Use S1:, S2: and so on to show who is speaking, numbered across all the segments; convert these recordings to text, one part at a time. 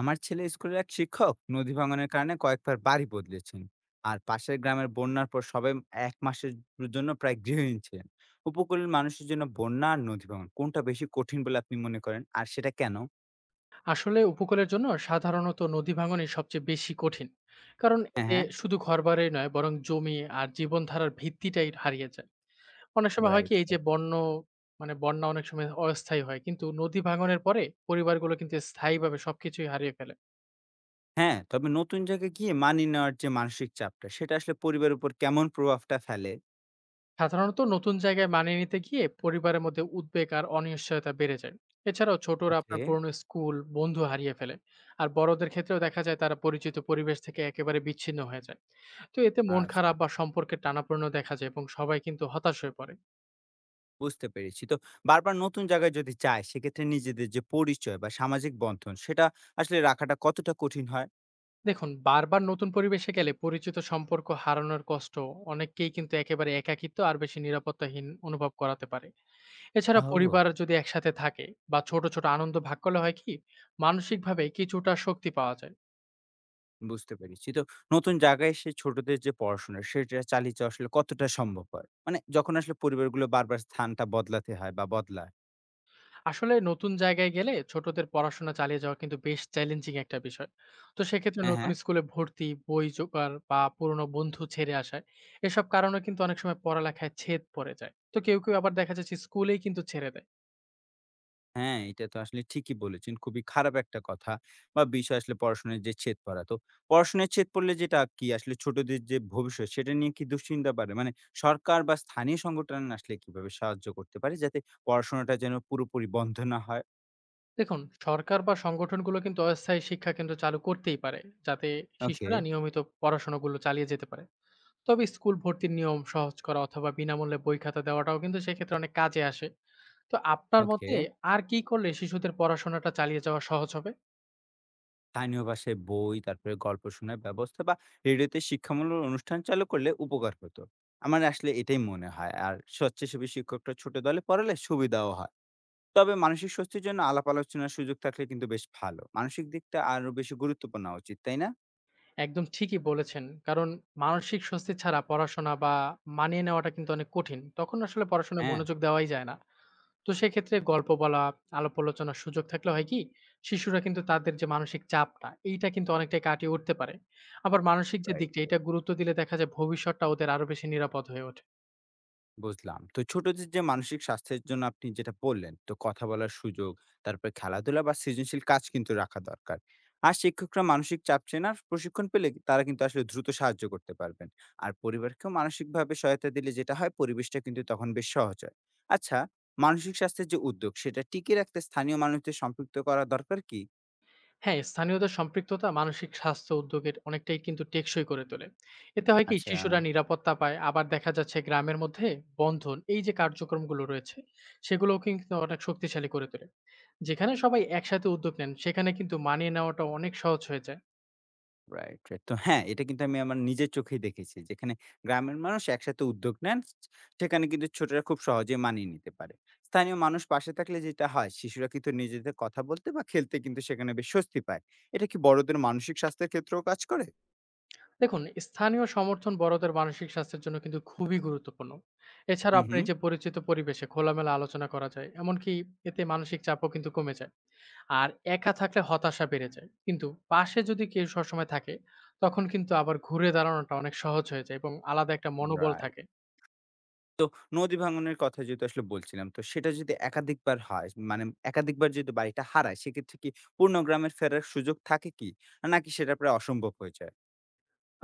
S1: আমার ছেলে স্কুলের এক শিক্ষক নদী ভাঙনের কারণে কয়েকবার বাড়ি বদলেছেন। আর পাশের গ্রামের বন্যার পর সবাই এক মাসের জন্য প্রায় গৃহহীন ছিলেন। উপকূলের মানুষের জন্য বন্যা আর নদী ভাঙন কোনটা বেশি কঠিন বলে আপনি মনে করেন, আর সেটা কেন?
S2: আসলে উপকূলের জন্য সাধারণত নদী ভাঙনই সবচেয়ে বেশি কঠিন। কারণ
S1: হ্যাঁ,
S2: এতে
S1: হ্যাঁ।
S2: শুধু ঘরবাড়ি নয় বরং জমি আর জীবনধারার ভিত্তিটাই হারিয়ে যায়। অনেক সময় হয় কি
S1: রাইট।
S2: এই যে মানে বন্যা অনেক সময় অস্থায়ী হয় কিন্তু নদী ভাঙনের পরে পরিবারগুলো কিন্তু স্থায়ীভাবে সবকিছুই হারিয়ে ফেলে।
S1: হ্যাঁ, তবে নতুন জায়গায় গিয়ে মানিয়ে নেওয়ার যে মানসিক চাপটা, সেটা আসলে পরিবারের উপর কেমন প্রভাবটা ফেলে?
S2: সাধারণত নতুন জায়গায় মানিয়ে নিতে গিয়ে পরিবারের মধ্যে উদ্বেগ আর অনিশ্চয়তা বেড়ে যায়। এছাড়াও ছোটরা আপনার
S1: ওকে।
S2: পুরনো স্কুল বন্ধু হারিয়ে ফেলে। আর বড়দের ক্ষেত্রেও দেখা যায় তারা পরিচিত পরিবেশ থেকে একেবারে বিচ্ছিন্ন হয়ে যায়। তো এতে মন খারাপ
S1: আচ্ছা,
S2: বা সম্পর্কের টানাপূর্ণ দেখা যায় এবং সবাই কিন্তু হতাশ হয়ে পড়ে।
S1: বুঝতে পেরেছি। তো বারবার নতুন জায়গায় যদি চায়, সেক্ষেত্রে নিজেদের যে পরিচয় বা সামাজিক বন্ধন, সেটা আসলে রাখাটা কতটা কঠিন হয়?
S2: দেখুন, বারবার নতুন পরিবেশে গেলে পরিচিত সম্পর্ক হারানোর কষ্ট অনেককেই কিন্তু একেবারে একাকিত্ব আর বেশি নিরাপত্তাহীন অনুভব করাতে পারে। এছাড়া
S1: ও,
S2: পরিবার যদি একসাথে থাকে বা ছোট ছোট আনন্দ ভাগ করলে হয় কি মানসিকভাবে কিছুটা শক্তি পাওয়া যায়।
S1: বুঝতে পেরেছি। তো নতুন জায়গায় এসে ছোটদের যে পড়াশোনা, সেটা চালিয়ে যাওয়া আসলে কতটা সম্ভব হয়? মানে যখন আসলে পরিবারগুলো বারবার স্থানটা বদলাতে হয় বা বদলায়।
S2: আসলে নতুন জায়গায় গেলে ছোটদের পড়াশোনা চালিয়ে যাওয়া কিন্তু বেশ চ্যালেঞ্জিং একটা বিষয়। তো সেক্ষেত্রে
S1: হ্যাঁ,
S2: নতুন
S1: হ্যাঁ।
S2: স্কুলে ভর্তি, বই জোগাড় বা পুরনো বন্ধু ছেড়ে আসায় এসব কারণে কিন্তু অনেক সময় পড়ালেখায় ছেদ পড়ে যায়। তো কেউ কেউ আবার দেখা যাচ্ছে স্কুলেই কিন্তু ছেড়ে দেয়।
S1: হ্যাঁ, এটা তো আসলে ঠিকই বলেছেন। খুবই খারাপ একটা কথা বা বিষয়, আসলে পড়াশোনায় যে ছেদ পড়া। তো পড়াশোনায় ছেদ পড়লে যেটা কি আসলে ছোটদের যে ভবিষ্যৎ, সেটা নিয়ে কি দুশ্চিন্তা বাড়ে? মানে সরকার বা স্থানীয় সংগঠন আসলে কিভাবে সাহায্য করতে পারে? যাতে পড়াশোনাটা যেন পুরোপুরি বন্ধ না হয়?
S2: দেখুন, সরকার বা সংগঠনগুলো কিন্তু অস্থায়ী শিক্ষা কেন্দ্র চালু করতেই পারে, যাতে
S1: ওকে,
S2: শিশুরা নিয়মিত পড়াশোনাগুলো চালিয়ে যেতে পারে। তবে স্কুল ভর্তির নিয়ম সহজ করা অথবা বিনামূল্যে বই খাতা দেওয়াটাও কিন্তু সেক্ষেত্রে অনেক কাজে আসে। তো আপনার
S1: ওকে।
S2: মতে আর কি করলে শিশুদের পড়াশোনাটা চালিয়ে যাওয়া সহজ হবে?
S1: স্থানীয় ভাষায় বই, তারপরে গল্প শোনার ব্যবস্থা বা রেডিওতে শিক্ষামূলক অনুষ্ঠান চালু করলে উপকার হতো। আমার আসলে এটাই মনে হয়। আর স্বেচ্ছাসেবী শিক্ষকরা ছোট দলে পড়ালে সুবিধাও হয়। তবে মানসিক স্বস্তির জন্য আলাপ আলোচনার সুযোগ থাকলে কিন্তু বেশ ভালো। মানসিক দিকটা আরো বেশি গুরুত্বপূর্ণ হওয়া উচিত, তাই না?
S2: একদম ঠিকই বলেছেন। কারণ মানসিক স্বস্তি ছাড়া পড়াশোনা বা মানিয়ে নেওয়াটা কিন্তু অনেক কঠিন। তখন আসলে পড়াশোনায়
S1: হ্যাঁ,
S2: মনোযোগ দেওয়াই যায় না। তো সেক্ষেত্রে গল্প বলা, আলাপ আলোচনার সুযোগ থাকলে হয় কি, শিশুরা কিন্তু তাদের যে মানসিক চাপটা, এইটা কিন্তু অনেকটাই কাটিয়ে উঠতে পারে। আবার মানসিক যে
S1: রাইট।
S2: দিকটা, এটা গুরুত্ব দিলে দেখা যায় ভবিষ্যৎটা ওদের আরো বেশি নিরাপদ হয়ে ওঠে।
S1: বুঝলাম। তো ছোটদের যে মানসিক স্বাস্থ্যের জন্য আপনি যেটা বললেন, তো কথা বলার সুযোগ, তারপরে খেলাধুলা বা সৃজনশীল কাজ কিন্তু রাখা দরকার। আর শিক্ষকরা মানসিক চাপ চেনার প্রশিক্ষণ পেলে তারা কিন্তু আসলে দ্রুত সাহায্য করতে পারবেন। আর পরিবারকেও মানসিকভাবে সহায়তা দিলে যেটা হয়, পরিবেশটা কিন্তু তখন বেশ সহজ হয়। আচ্ছা, মানসিক স্বাস্থ্যের যে উদ্যোগ, সেটা টিকিয়ে রাখতে স্থানীয় মানুষদের সম্পৃক্ত করা দরকার কি?
S2: হ্যাঁ, স্থানীয়দের সম্পৃক্ততা মানসিক স্বাস্থ্য উদ্যোগের অনেকটাই কিন্তু টেকসই করে তোলে। এতে হয় কি
S1: আচ্ছা।
S2: শিশুরা নিরাপত্তা পায়, আবার দেখা যাচ্ছে গ্রামের মধ্যে বন্ধন, এই যে কার্যক্রমগুলো রয়েছে, সেগুলোও কিন্তু অনেক শক্তিশালী করে তোলে। যেখানে সবাই একসাথে উদ্যোগ নেন সেখানে কিন্তু মানিয়ে নেওয়াটা অনেক সহজ হয়ে যায়।
S1: Right, right. তো হ্যাঁ, এটা কিন্তু আমি আমার নিজের চোখেই দেখেছি। যেখানে গ্রামের মানুষ একসাথে উদ্যোগ নেন, সেখানে কিন্তু ছোটরা খুব সহজে মানিয়ে নিতে পারে। স্থানীয় মানুষ পাশে থাকলে যেটা হয়, শিশুরা কিন্তু নিজেদের কথা বলতে বা খেলতে কিন্তু সেখানে বেশ স্বস্তি পায়। এটা কি বড়দের মানসিক স্বাস্থ্যের ক্ষেত্রেও কাজ করে?
S2: দেখুন, স্থানীয় সমর্থন বড়দের মানসিক স্বাস্থ্যের জন্য কিন্তু খুবই গুরুত্বপূর্ণ। এছাড়া
S1: হুম,
S2: আপনার
S1: হুম।
S2: এই যে পরিচিত পরিবেশে খোলামেলা আলোচনা করা যায়, এমনকি এতে মানসিক চাপও কিন্তু কমে যায়। আর একা থাকলে হতাশা বেড়ে যায়। কিন্তু পাশে যদি কেউ সবসময় থাকে, তখন কিন্তু আবার ঘুরে দাঁড়ানোটা অনেক সহজ হয়ে যায় এবং আলাদা একটা মনোবল
S1: রাইট।
S2: থাকে।
S1: নদী ভাঙনের কথা যেহেতু আসলে বলছিলাম, তো সেটা যদি একাধিকবার হয়, মানে একাধিকবার যদি বাড়িটা হারায়, সেক্ষেত্রে কি পূর্ণ গ্রামের ফেরার সুযোগ থাকে কি? নাকি সেটা প্রায় অসম্ভব হয়ে যায়?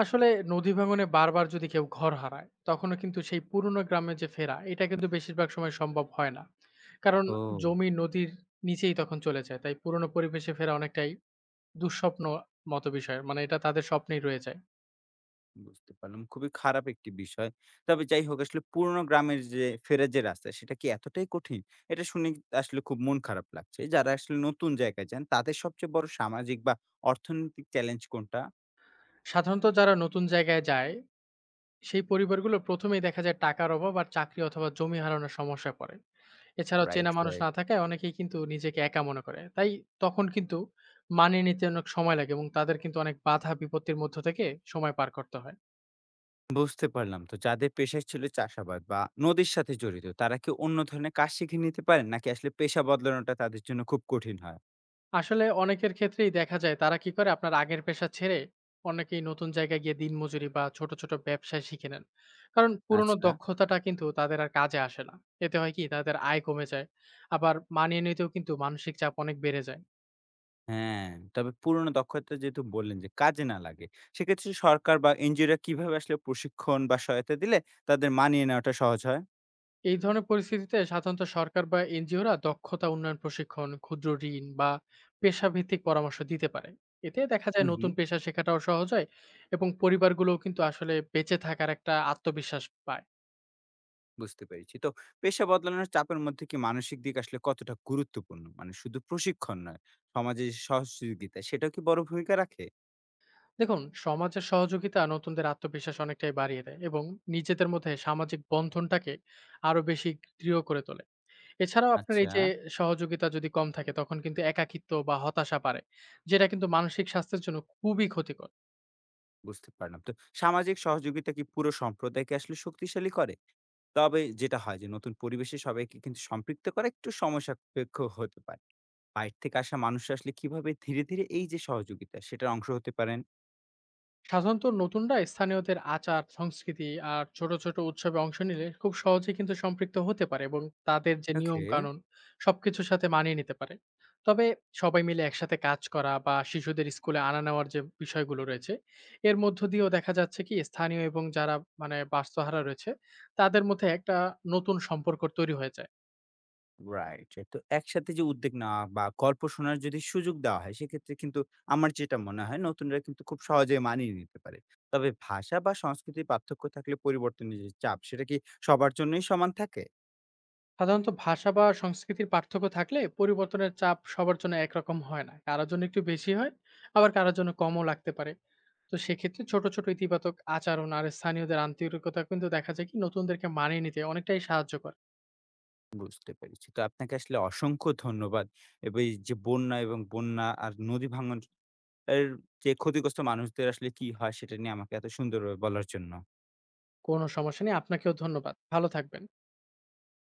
S2: আসলে নদী ভাঙনে বারবার যদি কেউ ঘর হারায়, তখনও কিন্তু সেই পুরনো গ্রামে যে ফেরা, এটা কিন্তু বেশিরভাগ সময় সম্ভব হয় না। কারণ
S1: ও!
S2: জমি নদীর নিচেই তখন চলে যায়। তাই পুরনো পরিবেশে ফেরা অনেকটাই দুঃস্বপ্ন মতো বিষয়। মানে এটা তাদের স্বপ্নেই রয়ে যায়।
S1: বুঝতে পারলাম। খুবই খারাপ একটি বিষয়। তবে যাই হোক আসলে পুরনো গ্রামের যে ফেরা যে রাস্তা, সেটা কি এতটাই কঠিন? এটা শুনে আসলে খুব মন খারাপ লাগছে। যারা আসলে নতুন জায়গায় যান, তাদের সবচেয়ে বড় সামাজিক বা অর্থনৈতিক চ্যালেঞ্জ কোনটা?
S2: সাধারণত যারা নতুন জায়গায় যায়, সেই পরিবারগুলো ১ম এই দেখা যায় টাকার অভাব আর চাকরি অথবা জমি হারানোর সমস্যায় পড়ে। এছাড়াও
S1: রাইট,
S2: চেনা মানুষ
S1: রাইট।
S2: না থাকায় অনেকেই কিন্তু নিজেকে একা মনে করে। তাই তখন কিন্তু মানিয়ে নিতে অনেক সময় লাগে এবং তাদের কিন্তু অনেক বাধা বিপত্তির মধ্য থেকে সময় পার করতে হয়।
S1: বুঝতে পারলাম। তো যাদের পেশা ছিল চাষাবাদ বা নদীর সাথে জড়িত, তারা কি অন্য ধরনের কাজ শিখে নিতে পারেন? নাকি আসলে পেশা বদলানোটা তাদের জন্য খুব কঠিন হয়?
S2: আসলে অনেকের ক্ষেত্রেই দেখা যায় তারা কি করে আপনার আগের পেশা ছেড়ে অনেকেই নতুন জায়গায় গিয়ে দিনমজুরি বা ছোট, ছোট ব্যবসায় শিখে নেন। কারণ পুরনো
S1: আচ্ছা।
S2: দক্ষতাটা কিন্তু তাদের আর কাজে আসে না। এতে হয় কি তাদের আয় কমে যায়। আবার মানিয়ে নিতেও কিন্তু মানসিক চাপ অনেক বেড়ে যায়।
S1: হ্যাঁ, তবে পুরনো দক্ষতা যেহেতু বললেন যে কাজে না লাগে, সেক্ষেত্রে সরকার বা এনজিওরা কিভাবে আসলে প্রশিক্ষণ বা সহায়তা দিলে তাদের মানিয়ে নেওয়াটা সহজ হয়?
S2: এই ধরনের পরিস্থিতিতে সাধারণত সরকার বা এনজিওরা দক্ষতা উন্নয়ন প্রশিক্ষণ, ক্ষুদ্র ঋণ বা পেশাভিত্তিক পরামর্শ দিতে পারে। এতে দেখা যায়
S1: হুম,
S2: নতুন
S1: হুম,
S2: পেশা শেখাটাও সহজ হয় এবং পরিবারগুলোও কিন্তু আসলে বেঁচে থাকার একটা আত্মবিশ্বাস পায়।
S1: বুঝতে পেরেছি। তো পেশা বদলানোর চাপের মধ্যে কি মানসিক দিক আসলে কতটা গুরুত্বপূর্ণ? মানে শুধু প্রশিক্ষণ নয়, সমাজে যে সহযোগিতা, সেটাও কি বড় ভূমিকা রাখে?
S2: দেখুন, সমাজের সহযোগিতা নতুনদের আত্মবিশ্বাস অনেকটাই বাড়িয়ে দেয় এবং নিজেদের মধ্যে সামাজিক বন্ধনটাকে আরো বেশি দৃঢ় করে তোলে। এছাড়াও আপনার এই
S1: আচ্ছা।
S2: যে সহযোগিতা যদি কম থাকে তখন কিন্তু একাকিত্ব বা হতাশা পারে, যেটা কিন্তু মানসিক স্বাস্থ্যের জন্য খুবই ক্ষতিকর।
S1: বুঝতে পারলাম। তো সামাজিক সহযোগিতা কি পুরো সম্প্রদায়কে আসলে শক্তিশালী করে? তবে যেটা হয় যে নতুন পরিবেশে সবাইকে কিন্তু সম্পৃক্ত করা একটু সময় সাপেক্ষ হতে পারে। বাইরে থেকে আসা মানুষ আসলে কিভাবে ধীরে, ধীরে এই যে সহযোগিতা, সেটার অংশ হতে পারেন?
S2: সাধারণত নতুনরা স্থানীয়দের আচার সংস্কৃতি আর ছোট ছোট উৎসবে অংশ নিলে খুব সহজে কিন্তু সম্পৃক্ত হতে পারে এবং তাদের যে নিয়ম
S1: ওকে।
S2: কানুন সবকিছুর সাথে মানিয়ে নিতে পারে। তবে সবাই মিলে একসাথে কাজ করা বা শিশুদের স্কুলে আনা নেওয়ার যে বিষয়গুলো রয়েছে, এর মধ্য দিয়েও দেখা যাচ্ছে কি স্থানীয় এবং যারা মানে বাস্তহারা রয়েছে, তাদের মধ্যে একটা নতুন সম্পর্ক তৈরি হয়ে যায়।
S1: রাইট। তো একসাথে যে উদ্যোগ নেওয়া বা গল্প শোনার যদি সুযোগ দেওয়া হয়, সেক্ষেত্রে কিন্তু আমার যেটা মনে হয় নতুনরা কিন্তু খুব সহজে মানিয়ে নিতে পারে। তবে ভাষা বা সংস্কৃতির পার্থক্য থাকলে পরিবর্তনের যে চাপ, সেটা কি সবার জন্যই সমান থাকে?
S2: সাধারণত ভাষা বা সংস্কৃতির পার্থক্য থাকলে পরিবর্তনের চাপ সবার জন্য একরকম হয় না। কারোর জন্য একটু বেশি হয়, আবার কারোর জন্য কমও লাগতে পারে। তো সেক্ষেত্রে ছোট, ছোট ইতিবাচক আচরণ আর স্থানীয়দের আন্তরিকতা কিন্তু দেখা যায় কি নতুনদেরকে মানিয়ে নিতে অনেকটাই সাহায্য করে।
S1: বুঝতে পেরেছি। তো আপনাকে আসলে অসংখ্য ধন্যবাদ। এবং এই যে বন্যা এবং বন্যা আর নদী ভাঙন এর যে ক্ষতিগ্রস্ত মানুষদের আসলে কি হয় সেটা নিয়ে আমাকে এত সুন্দরভাবে বলার জন্য।
S2: কোনো সমস্যা নেই। আপনাকেও ধন্যবাদ। ভালো থাকবেন।